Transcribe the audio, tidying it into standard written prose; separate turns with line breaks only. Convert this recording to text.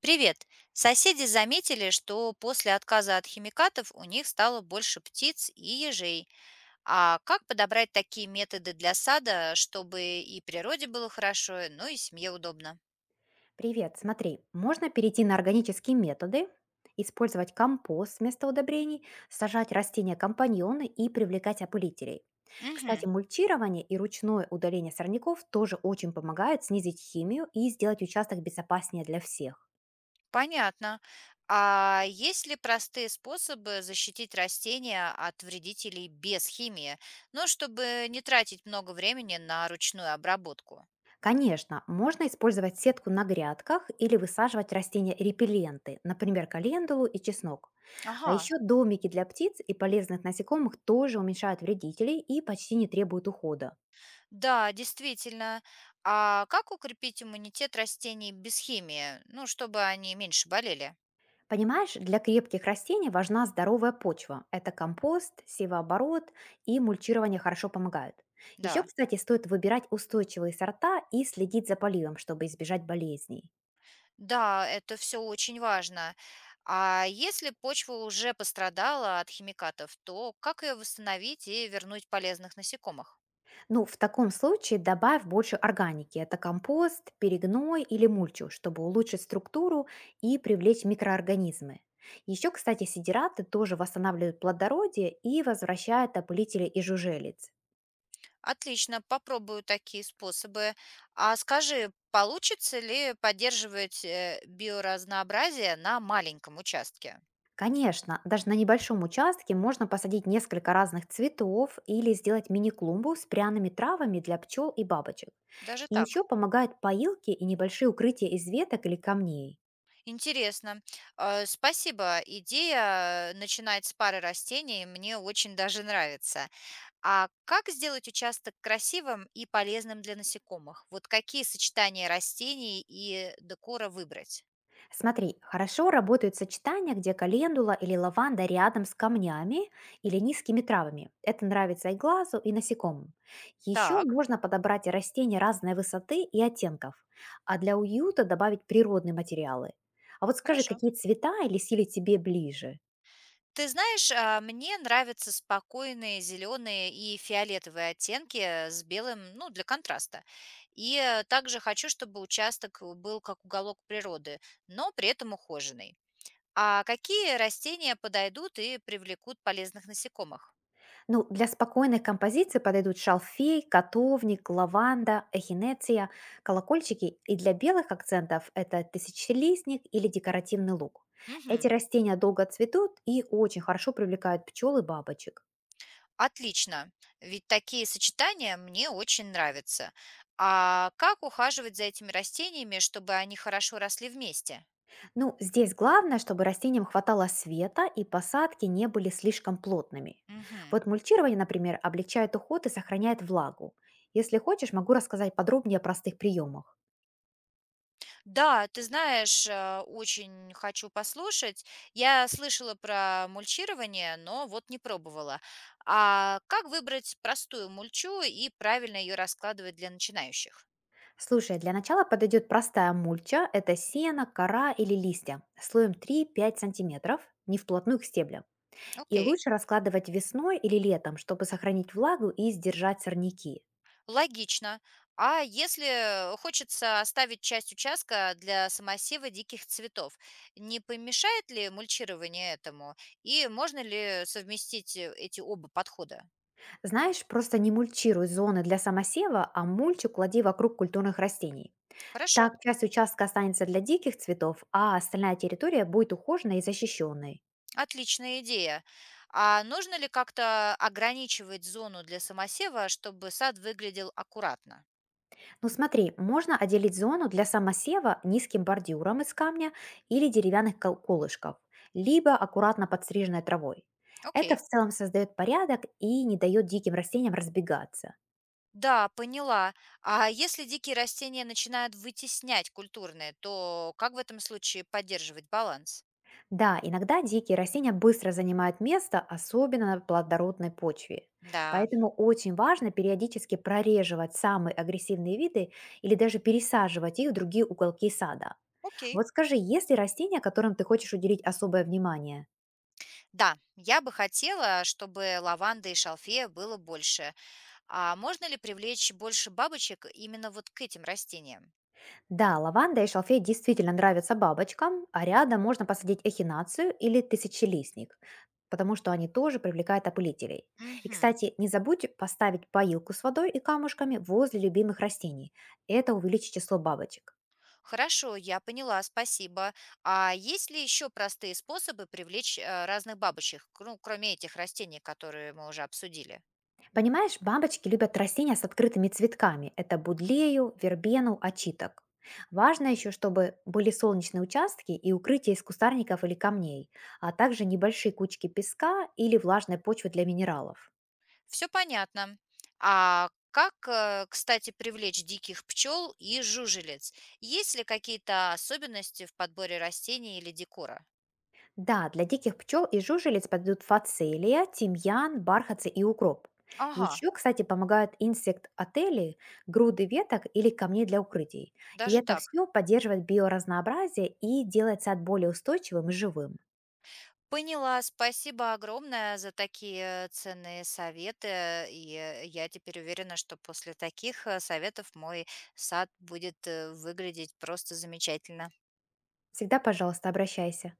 Привет! Соседи заметили, что после отказа от химикатов у них стало больше птиц и ежей. А как подобрать такие методы для сада, чтобы и природе было хорошо, ну и семье удобно?
Привет, смотри, можно перейти на органические методы, использовать компост вместо удобрений, сажать растения-компаньоны и привлекать опылителей. Кстати,
Мгм.
мульчирование и ручное удаление сорняков тоже очень помогает снизить химию и сделать участок безопаснее для всех.
Понятно. А есть ли простые способы защитить растения от вредителей без химии, но чтобы не тратить много времени на ручную обработку?
Конечно, можно использовать сетку на грядках или высаживать растения-репелленты, например, календулу и чеснок. А
Ага.
еще домики для птиц и полезных насекомых тоже уменьшают вредителей и почти не требуют ухода.
Да, действительно. А как укрепить иммунитет растений без химии? Ну, чтобы они меньше болели.
Понимаешь, для крепких растений важна здоровая почва. Это компост, севооборот и мульчирование хорошо помогают. Еще,
Да.
кстати, стоит выбирать устойчивые сорта и следить за поливом, чтобы избежать болезней.
Да, это все очень важно. А если почва уже пострадала от химикатов, то как ее восстановить и вернуть полезных насекомых?
Ну, в таком случае добавь больше органики. Это компост, перегной или мульчу, чтобы улучшить структуру и привлечь микроорганизмы. Еще, кстати, сидираты тоже восстанавливают плодородие и возвращают опылители и жужелиц.
Отлично, попробую такие способы. А скажи, получится ли поддерживать биоразнообразие на маленьком участке?
Конечно, даже на небольшом участке можно посадить несколько разных цветов или сделать мини-клумбу с пряными травами для пчел и бабочек.
Даже
И еще
так?
помогают поилки и небольшие укрытия из веток или камней.
Интересно. Спасибо. Идея начинать с пары растений мне очень даже нравится. А как сделать участок красивым и полезным для насекомых? Вот какие сочетания растений и декора выбрать?
Смотри, хорошо работают сочетания, где календула или лаванда рядом с камнями или низкими травами. Это нравится и глазу, и насекомым. Еще
Так,
можно подобрать и растения разной высоты и оттенков, а для уюта добавить природные материалы. А вот скажи,
хорошо.
какие цвета или стили тебе ближе?
Ты знаешь, мне нравятся спокойные зеленые и фиолетовые оттенки с белым, ну, для контраста. И также хочу, чтобы участок был как уголок природы, но при этом ухоженный. А какие растения подойдут и привлекут полезных насекомых?
Ну, для спокойной композиции подойдут шалфей, котовник, лаванда, эхинеция, колокольчики. И для белых акцентов это тысячелистник или декоративный лук. Эти
Мгм.
растения долго цветут и очень хорошо привлекают пчел и бабочек.
Отлично, ведь такие сочетания мне очень нравятся. А как ухаживать за этими растениями, чтобы они хорошо росли вместе?
Ну, здесь главное, чтобы растениям хватало света и посадки не были слишком плотными.
Мгм.
Вот мульчирование, например, облегчает уход и сохраняет влагу. Если хочешь, могу рассказать подробнее о простых приемах.
Да, ты знаешь, очень хочу послушать. Я слышала про мульчирование, но вот не пробовала. А как выбрать простую мульчу и правильно ее раскладывать для начинающих?
Слушай, для начала подойдет простая мульча — это сено, кора или листья, слоем 3-5 сантиметров, не вплотную к стеблям. И
Окей.
лучше раскладывать весной или летом, чтобы сохранить влагу и сдержать сорняки.
Логично. А если хочется оставить часть участка для самосева диких цветов, не помешает ли мульчирование этому? И можно ли совместить эти оба подхода?
Знаешь, просто не мульчируй зоны для самосева, а мульчу клади вокруг культурных растений.
Хорошо,
Так часть участка останется для диких цветов, а остальная территория будет ухоженной и защищенной.
отличная идея. А нужно ли как-то ограничивать зону для самосева, чтобы сад выглядел аккуратно?
Ну смотри, можно отделить зону для самосева низким бордюром из камня или деревянных колышков, либо аккуратно подстриженной травой. Это в
Окей.
целом создает порядок и не дает диким растениям разбегаться.
Да, поняла. А если дикие растения начинают вытеснять культурные, то как в этом случае поддерживать баланс?
Да, иногда дикие растения быстро занимают место, особенно на плодородной почве.
Да,
Поэтому очень важно периодически прореживать самые агрессивные виды или даже пересаживать их в другие уголки сада.
окей.
Вот скажи, есть ли растения, которым ты хочешь уделить особое внимание?
Да, я бы хотела, чтобы лаванды и шалфея было больше. А можно ли привлечь больше бабочек именно вот к этим растениям?
Да, лаванда и шалфей действительно нравятся бабочкам, а рядом можно посадить эхинацию или тысячелистник, потому что они тоже привлекают опылителей. И,
Мгм.
кстати, не забудь поставить поилку с водой и камушками возле любимых растений. Это увеличит число бабочек.
Хорошо, я поняла, спасибо. А есть ли еще простые способы привлечь разных бабочек, ну, кроме этих растений, которые мы уже обсудили?
Понимаешь, бабочки любят растения с открытыми цветками. Это будлею, вербену, очиток. Важно еще, чтобы были солнечные участки и укрытия из кустарников или камней, а также небольшие кучки песка или влажной почвы для минералов.
Все понятно. А как, кстати, привлечь диких пчел и жужелиц? Есть ли какие-то особенности в подборе растений или декора?
Да, для диких пчел и жужелиц подойдут фацелия, тимьян, бархатцы и укроп.
Ага,
Еще, кстати, помогают инсект-отели, груды веток или камней для укрытий. И
даже
это
так.
все поддерживает биоразнообразие и делает сад более устойчивым и живым.
Поняла. Спасибо огромное за такие ценные советы. И я теперь уверена, что после таких советов мой сад будет выглядеть просто замечательно.
Всегда, пожалуйста, обращайся.